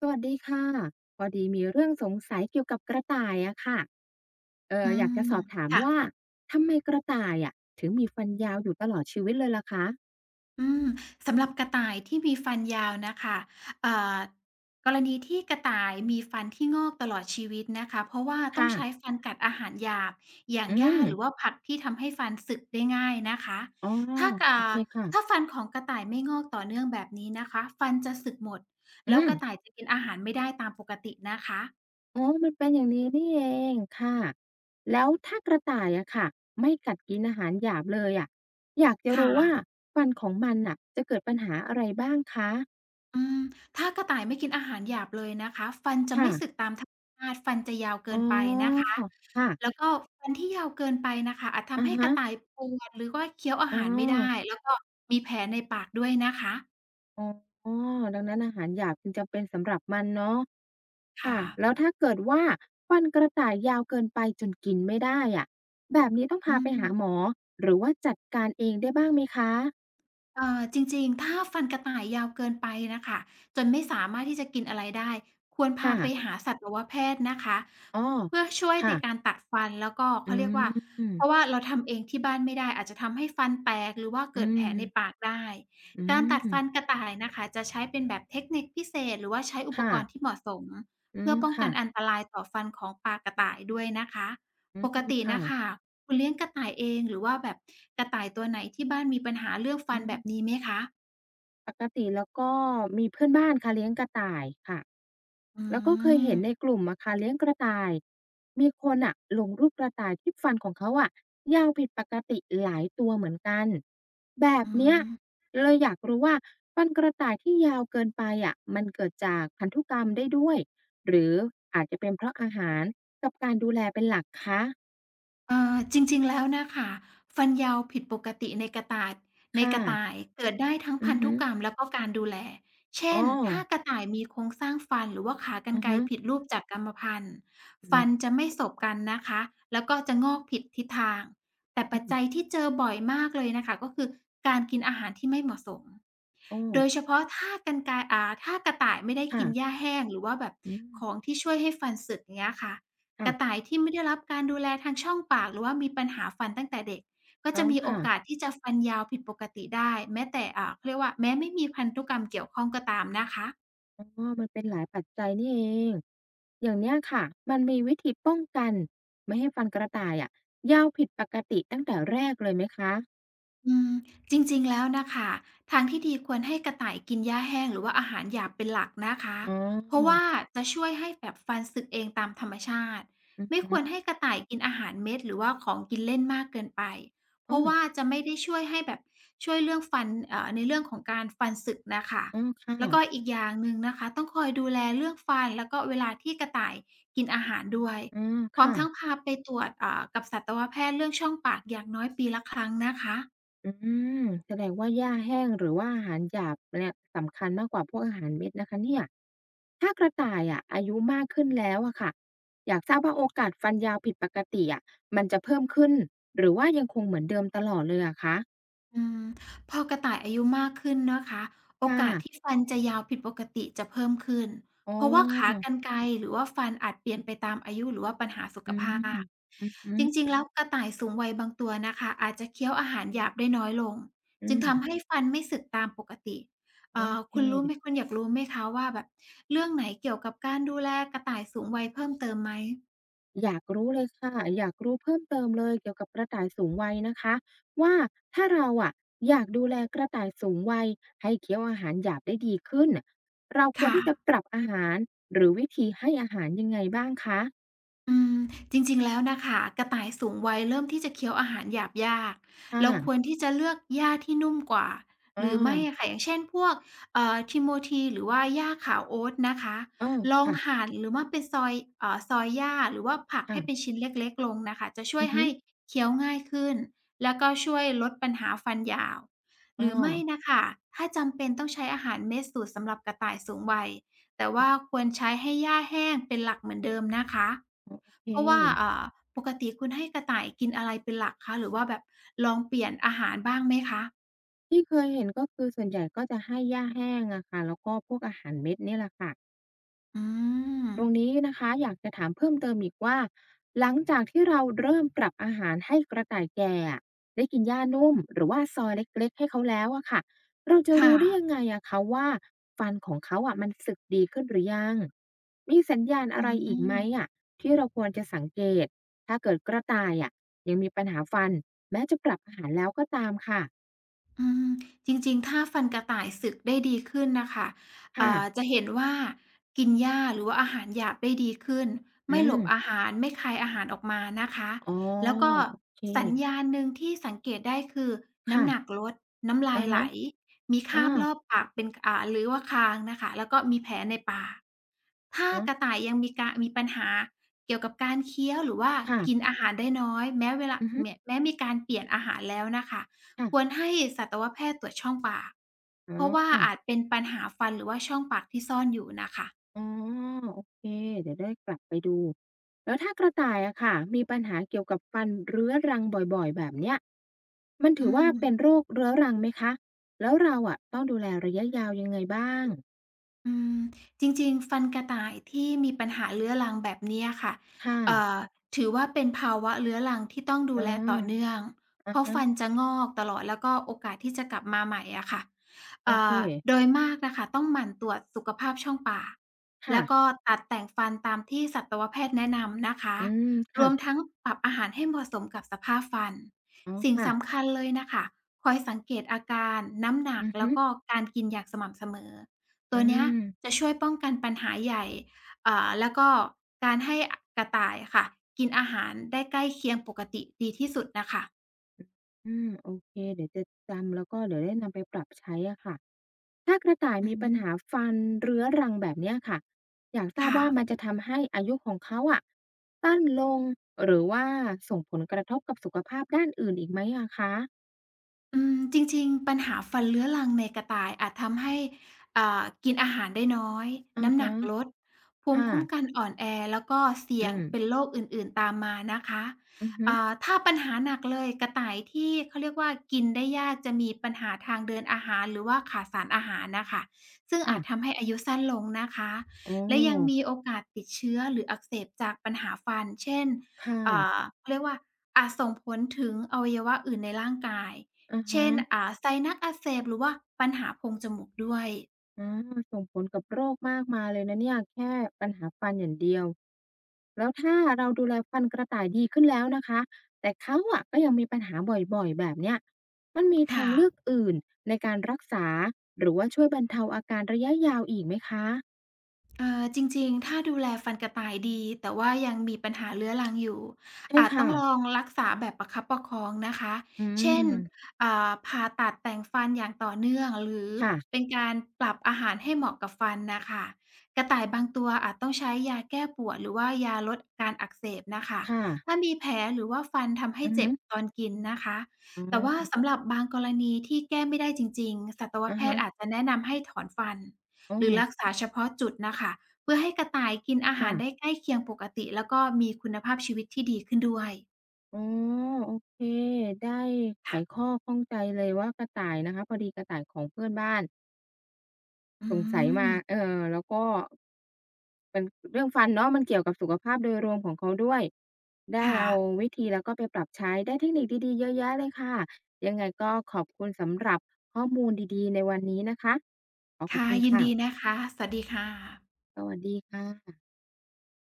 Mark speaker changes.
Speaker 1: สวัสดีค่ะพอดีมีเรื่องสงสัยเกี่ยวกับกระต่ายอะค่ะ
Speaker 2: อื
Speaker 1: อยาก
Speaker 2: ม
Speaker 1: จะสอบถามว่า
Speaker 2: ค่ะ
Speaker 1: ทำไมกระต่ายอะถึงมีฟันยาวอยู่ตลอดชีวิตเลยล่ะคะ
Speaker 2: อืมสำหรับกระต่ายที่มีฟันยาวนะคะเอ่อกรณีที่กระต่ายมีฟันที่งอกตลอดชีวิตนะคะเพราะว่าต้อง
Speaker 1: ค่ะ
Speaker 2: ใช้ฟันกัดอาหารหยาบอย่าง
Speaker 1: อื
Speaker 2: หญ้า
Speaker 1: ม
Speaker 2: หรือว่าผักที่ทำให้ฟันสึกได้ง่ายนะคะ
Speaker 1: อ๋อ
Speaker 2: ถ้ากา
Speaker 1: โอเค
Speaker 2: ถ้า
Speaker 1: ค่ะ
Speaker 2: ฟันของกระต่ายไม่งอกต่อเนื่องแบบนี้นะคะฟันจะสึกหมด
Speaker 1: อื
Speaker 2: แล้วก
Speaker 1: ม
Speaker 2: ระต่ายจะกินอาหารไม่ได้ตามปกตินะคะ
Speaker 1: อ๋อมันเป็นอย่างนี้นี่เองค่ะแล้วถ้ากระต่ายอะค่ะไม่กัดกินอาหารหยาบเลยอะอยากจะ
Speaker 2: ค
Speaker 1: รู้ว่า
Speaker 2: ่ะ
Speaker 1: ฟันของมันอะจะเกิดปัญหาอะไรบ้างคะ
Speaker 2: อืมถ้ากระต่ายไม่กินอาหารหยาบเลยนะคะฟันจะไม่
Speaker 1: ค่ะ
Speaker 2: สึกตามธรรมชาติฟันจะยาวเกิ
Speaker 1: อ๋อ
Speaker 2: นไปนะคะ
Speaker 1: ค่ะ
Speaker 2: แล้วก็ฟันที่ยาวเกินไปน่ะค่ะอาจทำ
Speaker 1: อะ
Speaker 2: ให้ก
Speaker 1: ฮะ
Speaker 2: ระต่ายป่วนหรือว่าเคี้ยวอา
Speaker 1: อ๋อ
Speaker 2: หารไม่ได้แล้วก็มีแผลในปากด้วยนะคะ
Speaker 1: อ๋อดังนั้นอาหารหยาบจึงจำเป็นสำหรับมันเนาะ
Speaker 2: ค่ะ
Speaker 1: ค่ะแล้วถ้าเกิดว่าฟันกระต่ายยาวเกินไปจนกินไม่ได้อะแบบนี้ต้อง
Speaker 2: อื
Speaker 1: พาไป
Speaker 2: ม
Speaker 1: หาหมอหรือว่าจัดการเองได้บ้างไหมคะ
Speaker 2: จริงๆถ้าฟันกระต่ายยาวเกินไปน่ะค่ะจนไม่สามารถที่จะกินอะไรได้ควรพา
Speaker 1: ค่ะ
Speaker 2: ไปหาสัตวแพทย์นะคะ
Speaker 1: อ้อ
Speaker 2: เพื่อช่วยใน
Speaker 1: ค่ะ
Speaker 2: การตัดฟันแล้วก็
Speaker 1: อื
Speaker 2: เขาเรียกว่าเพราะ
Speaker 1: ม
Speaker 2: ว่าเราทำเองที่บ้านไม่ได้อาจจะทำให้ฟันแตกหรือว่าเกิ
Speaker 1: อื
Speaker 2: ดแผล
Speaker 1: ม
Speaker 2: ในปากได้
Speaker 1: อื
Speaker 2: การตัด
Speaker 1: ม
Speaker 2: ฟันกระต่ายนะคะจะใช้เป็นแบบเทคนิคพิเศษหรือว่าใช้อุป
Speaker 1: ค่ะ
Speaker 2: กรณ์ที่เหมาะสม
Speaker 1: อื
Speaker 2: เพื่อ
Speaker 1: ม
Speaker 2: ป้องกันอัน
Speaker 1: ค่ะ
Speaker 2: ตรายต่อฟันของปลากระต่ายด้วยนะคะ
Speaker 1: อื
Speaker 2: ปก
Speaker 1: ม
Speaker 2: ติ
Speaker 1: ค่ะ
Speaker 2: น่ะค่ะ คุณเลี้ยงกระต่ายเองหรือว่าแบบกระต่ายตัวไหนที่บ้านมีปัญหาเรื่องฟั
Speaker 1: อื
Speaker 2: นแบบ
Speaker 1: ม
Speaker 2: นี้ไหมคะ
Speaker 1: ปกติแล้วก็มีเพื่อนบ้านค่ะเลี้ยงกระต่ายค่ะ
Speaker 2: อื
Speaker 1: แล้วก็เคย
Speaker 2: ม
Speaker 1: เห็นในกลุ่มอะค่ะเลี้ยงกระต่าย มีคนอะลงรูปกระต่ายที่ฟันของเขาอะยาวผิดปกติหลายตัวเหมือนกันแบบ
Speaker 2: อื
Speaker 1: เนี้ย
Speaker 2: ม
Speaker 1: เลยอยากรู้ว่าฟันกระต่ายที่ยาวเกินไปอะมันเกิดจากพันธุกรรมได้ด้วยหรืออาจจะเป็นเพราะอาหารกับการดูแลเป็นหลักคะ
Speaker 2: จริงๆแล้วน่ะค่ะฟันยาวผิดปกติในกระต่าย
Speaker 1: ค่ะ
Speaker 2: เกิดได้ทั้ง
Speaker 1: อื
Speaker 2: พั
Speaker 1: อ
Speaker 2: น
Speaker 1: ฮึ
Speaker 2: ธุกรรมแล้วก็การดูแลเช่
Speaker 1: อ้อ
Speaker 2: นถ้ากระต่ายมีโครงสร้างฟันหรือว่าขากรร
Speaker 1: อือ
Speaker 2: ไกร
Speaker 1: ฮึ
Speaker 2: ผิดรูปจากกรรมพันธุ์
Speaker 1: อื
Speaker 2: ฟั
Speaker 1: ม
Speaker 2: นจะไม่สบกันนะคะแล้วก็จะงอกผิดทิศทางแต่
Speaker 1: อื
Speaker 2: ปัจจัย
Speaker 1: ม
Speaker 2: ที่เจอบ่อยมากเลยน่ะค่ะก็คือการกินอาหารที่ไม่เหมาะสม
Speaker 1: โอ้
Speaker 2: โดยเฉ
Speaker 1: อ
Speaker 2: พาะถ้ากระต่ายไม่ได้กินห
Speaker 1: ค่ะ
Speaker 2: ญ้าแห้งหรือว่าแบบ
Speaker 1: อืม
Speaker 2: ของที่ช่วยให้ฟันสึกอย่างเงี้ยค่ะ กระ
Speaker 1: ค่ะ
Speaker 2: ต่ายที่ไม่ได้รับการดูแลทางช่องปากหรือว่ามีปัญหาฟันตั้งแต่เด็กก็
Speaker 1: อ๋
Speaker 2: จะ
Speaker 1: อ
Speaker 2: มีโอ
Speaker 1: ค่ะ
Speaker 2: กาสที่จะฟันยาวผิดปกติได้แม้แต่เขาเรียกว่าแม้ไม่มีพันธุกรรมเกี่ยวข้องก็ตามนะคะ
Speaker 1: อ๋อมันเป็นหลายปัจจัยนี่เองอย่างเนี้ยค่ะมันมีวิธีป้องกันไม่ให้ฟันกระต่ายอะยาวผิดปกติตั้งแต่แรกเลยไหมคะ
Speaker 2: อืมจริงๆแล้วนะคะทางที่ดีควรให้กระต่ายกินหญ้าแห้งหรือว่าอาหารหยาบเป็นหลักนะคะ
Speaker 1: อ๋
Speaker 2: เพราะ
Speaker 1: อ
Speaker 2: ว่าจะช่วยให้แบบฟันสึกเองตามธรรมชาติ
Speaker 1: อือ
Speaker 2: ไม่
Speaker 1: ฮึ
Speaker 2: ควรให้กระต่ายกินอาหารเม็ดหรือว่าของกินเล่นมากเกินไปเพ
Speaker 1: อ๋อ
Speaker 2: ราะว่าจะไม่ได้ช่วยให้แบบช่วยเรื่องฟันในเรื่องของการฟันสึกนะคะ
Speaker 1: อ๋อค่ะ
Speaker 2: แล้วก็อีกอย่างหนึ่งนะคะต้องคอยดูแลเรื่องฟันแล้วก็เวลาที่กระต่ายกินอาหารด้วย
Speaker 1: อ๋อ
Speaker 2: พร้อม
Speaker 1: ค่ะ
Speaker 2: ทั้งพาไปตรวจกับสัตวแพทย์เรื่องช่องปากอย่างน้อยปีละครั้งนะคะ
Speaker 1: อืมแสดงว่าหญ้าแห้งหรือว่าอาหารหยาบเนี่ยสำคัญมากกว่าพวกอาหารเม็ดนะคะเนี่ยถ้ากระต่ายอะอายุมากขึ้นแล้วอะค่ะอยากทราบว่าโอกาสฟันยาวผิดปกติอะมันจะเพิ่มขึ้นหรือว่ายังคงเหมือนเดิมตลอดเลยอะคะ
Speaker 2: อืมพอกระต่ายอายุมากขึ้นนะคะโอ
Speaker 1: ค่ะ
Speaker 2: กาสที่ฟันจะยาวผิดปกติจะเพิ่มขึ้น
Speaker 1: อ๋
Speaker 2: เพราะว่าขา
Speaker 1: อ
Speaker 2: กรรไกรหรือว่าฟันอาจเปลี่ยนไปตามอายุหรือว่าปัญหาสุข
Speaker 1: อืม
Speaker 2: ภาพ
Speaker 1: อือฮึ
Speaker 2: จริงๆแล้วกระต่ายสูงวัยบางตัวนะคะอาจจะเคี้ยวอาหารหยาบได้น้อยลง
Speaker 1: อื
Speaker 2: จึงทำให้
Speaker 1: ม
Speaker 2: ฟันไม่สึกตามปกติ
Speaker 1: โอเค
Speaker 2: คุณอยากรู้ไหมคะว่าแบบเรื่องไหนเกี่ยวกับการดูแลกระต่ายสูงวัยเพิ่มเติมไหม
Speaker 1: อยากรู้เลยค่ะ อยากรู้เพิ่มเติมเลยเกี่ยวกับกระต่ายสูงวัยนะคะ ว่าถ้าเราอะอยากดูแลกระต่ายสูงวัยให้เคี้ยวอาหารหยาบได้ดีขึ้นเราควร
Speaker 2: ค่ะ
Speaker 1: ที่จะปรับอาหารหรือวิธีให้อาหารยังไงบ้างคะ
Speaker 2: อืมจริงๆแล้วนะคะกระต่ายสูงวัยเริ่มที่จะเคี้ยวอาหารหยาบยาก
Speaker 1: ค่
Speaker 2: เราควร
Speaker 1: ะ
Speaker 2: ที่จะเลือกหญ้าที่นุ่มกว่า
Speaker 1: อ้
Speaker 2: ห
Speaker 1: อ
Speaker 2: รือไม่อะค่ะอย่างเช่นพวกเอ่อ t i หรือว่าหญ้าขาวโอ๊ตนะคะ
Speaker 1: อ้อ
Speaker 2: ลอง
Speaker 1: ค่ะ
Speaker 2: หั่นหรือว่าเป็นซอยซอยหญ้าหรือว่าผักให้เป็น
Speaker 1: ค่ะ
Speaker 2: ชิ้นเล็กๆลงน่ะค่ะจะช่ว
Speaker 1: อื
Speaker 2: ย
Speaker 1: อฮึ
Speaker 2: ให้เคี้ยวง่ายขึ้นแล้วก็ช่วยลดปัญหาฟันหยาวห
Speaker 1: อ้
Speaker 2: รื
Speaker 1: อ
Speaker 2: อไม่น่ะค่ะถ้าจำเป็นต้องใช้อาหารเม็ดสูตรสำหรับกระต่ายสูงวัย แต่ว่า
Speaker 1: โอ
Speaker 2: ควรใช้ให้หญ้าแห้งเป็นหลักเหมือนเดิมนะคะ เพราะว่า
Speaker 1: เค
Speaker 2: อ่าปกติคุณให้กระต่ายกินอะไรเป็นหลักคะหรือว่าแบบลองเปลี่ยนอาหารบ้างไหมคะ
Speaker 1: ที่เคยเห็นก็คือส่วนใหญ่ก็จะให้หญ้าแห้งอะค่ะแล้วก็พวกอาหารเม็ดเนี่ยแหละค่ะ
Speaker 2: อืม
Speaker 1: ตรงนี้นะคะอยากจะถามเพิ่มเติมอีกว่าหลังจากที่เราเริ่มปรับอาหารให้กระต่ายแก่อะได้กินหญ้านุ่มหรือว่าซอยเล็กๆให้เขาแล้วอะค่ะเราจะ
Speaker 2: ค
Speaker 1: รู้ได้ยัง
Speaker 2: ่ะ
Speaker 1: ไงอะคะว่าฟันของเขาอะมันสึกดีขึ้นหรือยังมีสัญญาณ
Speaker 2: อื
Speaker 1: อะไรอีกไหม
Speaker 2: ม
Speaker 1: อะที่เราควรจะสังเกตถ้าเกิดกระต่ายอะยังมีปัญหาฟันแม้จะปรับอาหารแล้วก็ตามค่ะ
Speaker 2: อืมจริงๆ ถ้าฟันกระต่ายสึกได้ดีขึ้นน่ะค่ะ
Speaker 1: ค่ะ
Speaker 2: จะเห็นว่ากินหญ้าหรือว่าอาหารหยาบได้ดีขึ้น
Speaker 1: อื
Speaker 2: ไม่หล
Speaker 1: ม
Speaker 2: บอาหารไม่คายอาหารออกมานะคะ
Speaker 1: อ๋อ
Speaker 2: แล้วก็
Speaker 1: โอเค
Speaker 2: สัญญาณหนึ่งที่สังเกตได้คือน้ำ
Speaker 1: ค่ะ
Speaker 2: หนักลดน้ำลา
Speaker 1: อะ
Speaker 2: ยไหล
Speaker 1: ฮะ
Speaker 2: มีค
Speaker 1: อา
Speaker 2: ราบรอบปากเป็นหรือว่าคางน่ะค่ะแล้วก็มีแผลในปากถ้า
Speaker 1: อะฮะ
Speaker 2: กระต่ายยังมีปัญหาเกี่ยวกับการเคี้ยวหรือว่า
Speaker 1: ค่ะ
Speaker 2: กินอาหารได้น้อยแม้เวลา
Speaker 1: อือฮึ
Speaker 2: แม้แม้มีการเปลี่ยนอาหารแล้วน่ะค่ะ
Speaker 1: ค่ะ
Speaker 2: ควรให้สัตวแพทย์ตรวจช่องปาก
Speaker 1: อ๋อ
Speaker 2: เพราะว่า
Speaker 1: ค่ะ
Speaker 2: อาจเป็นปัญหาฟันหรือว่าช่องปากที่ซ่อนอยู่น่ะค่ะ
Speaker 1: อ๋อโอเคเดี๋ยวได้กลับไปดูแล้วถ้ากระต่ายอะค่ะมีปัญหาเกี่ยวกับฟันเรื้อรังบ่อยๆแบบเนี้ยมัน
Speaker 2: อื
Speaker 1: ถือว่า
Speaker 2: ม
Speaker 1: เป็นโรคเรื้อรังไหมคะแล้วเราอะต้องดูแลระยะยาวยังไงบ้าง
Speaker 2: อืมจริงๆฟันกระต่ายที่มีปัญหาเรื้อรังแบบเนี้ยค่ะ
Speaker 1: ค่ะ
Speaker 2: เอ่อถือว่าเป็นภาวะเรื้อรังที่ต้องดู
Speaker 1: อ๋
Speaker 2: แล
Speaker 1: อ
Speaker 2: ต่อเนื่องเพ
Speaker 1: อะ
Speaker 2: ราะ
Speaker 1: ฮะ
Speaker 2: ฟันจะงอกตลอดแล้วก็โอกาสที่จะกลับมาใหม่อะค่ะ
Speaker 1: โอ
Speaker 2: เอ่
Speaker 1: เค
Speaker 2: อโดยมากน่ะค่ะต้องหมั่นตรวจสุขภาพช่องปาก
Speaker 1: ค่ะ
Speaker 2: แล้วก็ตัดแต่งฟันตามที่สัตวแพทย์แนะนำนะคะ
Speaker 1: อืม
Speaker 2: ร
Speaker 1: ค่ะ
Speaker 2: วมทั้งปรับอาหารให้เหมาะสมกับสภาพฟัน
Speaker 1: อ๋อ
Speaker 2: สิ่งสำ
Speaker 1: ค่ะ
Speaker 2: คัญเลยน่ะค่ะคอยสังเกตอาการน้ำหนัก
Speaker 1: อือ
Speaker 2: แล้
Speaker 1: ฮึ
Speaker 2: วก็การกินอย่างสม่ำเสมอ ตัว
Speaker 1: อื
Speaker 2: เนี้ย
Speaker 1: ม
Speaker 2: จะช่วยป้องกันปัญหาใหญ่แล้วก็การให้กระต่ายอะค่ะกินอาหารได้ใกล้เคียงปกติดีที่สุดน่ะค่ะ
Speaker 1: อืมโอเคเดี๋ยวจะจำแล้วก็เดี๋ยวได้นำไปปรับใช้อะค่ะ ถ้ากระต่าย
Speaker 2: อื
Speaker 1: มี
Speaker 2: อ
Speaker 1: ปั
Speaker 2: ฮึ
Speaker 1: ญหาฟันเรื้อรังแบบเนี้ยค่ะอยากทราบว่ามัน
Speaker 2: ค่ะ
Speaker 1: จะทำให้อายุของเขาอะสั้นลงหรือว่าส่งผลกระทบกับสุขภาพด้านอื่นอีกไหมอะคะ
Speaker 2: อืมจริงๆปัญหาฟันเรื้อรังในกระต่ายอาจทำให้กินอาหารได้น้อย
Speaker 1: อา
Speaker 2: น้ำหนั
Speaker 1: ฮะ
Speaker 2: กลดภูมิ
Speaker 1: ค่ะ
Speaker 2: คุ้มกันอ่อนแอแล้วก็เสี่
Speaker 1: อื
Speaker 2: ยง
Speaker 1: ม
Speaker 2: เป็นโรคอื่นๆตามมานะคะ
Speaker 1: อือฮึ
Speaker 2: ถ้าปัญหาหนักเลยกระต่ายที่เขาเรียกว่ากินได้ยากจะมีปัญหาทางเดินอาหารหรือว่าขาดสารอาหารน่ะค่ะซึ่งอาจ
Speaker 1: ค่ะ
Speaker 2: ทำให้อายุสั้นลงนะคะ
Speaker 1: โอ้
Speaker 2: และยังมีโอกาสติดเชื้อหรืออักเสบจากปัญหาฟันเช่น
Speaker 1: ค่ะ
Speaker 2: เขาเรียกว่าอาจส่งผลถึงอวัยวะอื่นในร่างกาย
Speaker 1: อาฮะ
Speaker 2: เช่นไซนัสอักเสบหรือว่าปัญหาโพรงจมูกด้วย
Speaker 1: อาส่งผลกับโรคมากมายเลยนะเนี่ยแค่ปัญหาฟันอย่างเดียว แล้วถ้าเราดูแลพันธุ์กระต่ายดีขึ้นแล้วนะคะแต่เขาอะก็ยังมีปัญหาบ่อยๆแบบเนี้ยมันมีทา
Speaker 2: ค่ะ
Speaker 1: งเลือกอื่นในการรักษาหรือว่าช่วยบรรเทาอาการระยะยาวอีกไหมคะ
Speaker 2: จริงๆถ้าดูแลฟันกระต่ายดีแต่ว่ายังมีปัญหาเรื้อรังอยู่
Speaker 1: ใช่
Speaker 2: อาจต้อ
Speaker 1: ค่ะ
Speaker 2: งลองรักษาแบบประคับประคองนะคะ
Speaker 1: อื
Speaker 2: เช่น
Speaker 1: ม
Speaker 2: ผ่าตัดแต่งฟันอย่างต่อเนื่องหรือเป็
Speaker 1: ค่ะ
Speaker 2: นการปรับอาหารให้เหมาะกับฟันน่ะค่ะกระต่ายบางตัวอาจต้องใช้ยาแก้ปวดหรือว่ายาลดการอักเสบน่ะค่ะ
Speaker 1: ค่ะ
Speaker 2: ถ้ามีแผลหรือว่าฟันทำให้
Speaker 1: อือ
Speaker 2: เจ็
Speaker 1: ฮึ
Speaker 2: บตอนกินนะคะ
Speaker 1: อ๋
Speaker 2: แต่ว่า
Speaker 1: อ
Speaker 2: สำหรับบางกรณีที่แก้ไม่ได้จริงๆสัตว
Speaker 1: อะ
Speaker 2: แพท
Speaker 1: ฮะ
Speaker 2: ย์อาจจะแนะนำให้ถอนฟัน
Speaker 1: อ๋อ
Speaker 2: หรือรักษาเฉพาะจุดน่ะค่ะเพื่อให้กระต่ายกินอาหา
Speaker 1: ค่ะ
Speaker 2: รได้ใกล้เคียงปกติแล้วก็มีคุณภาพชีวิตที่ดีขึ้นด้วย
Speaker 1: อ๋อโอเคได้ไข
Speaker 2: ค่ะ
Speaker 1: ข้อข้องใจเลยว่ากระต่ายนะคะพอดีกระต่ายของเพื่อนบ้าน
Speaker 2: อื
Speaker 1: สงสัยมา
Speaker 2: ม
Speaker 1: แล้วก็ เป็นเรื่องฟันเนาะมันเกี่ยวกับสุขภาพโดยรวมของเขาด้วยได้
Speaker 2: ค่ะ
Speaker 1: เอาวิธีแล้วก็ไปปรับใช้ได้เทคนิคดีๆเยอะแยะเลยค่ะยังไงก็ขอบคุณสำหรับข้อมูลดีๆในวันนี้นะคะขอขอบ
Speaker 2: ค่ะ
Speaker 1: คุณ
Speaker 2: ยินดี
Speaker 1: ค่ะ
Speaker 2: นะคะสวัสดีค่ะ
Speaker 1: สวัสดีค่ะ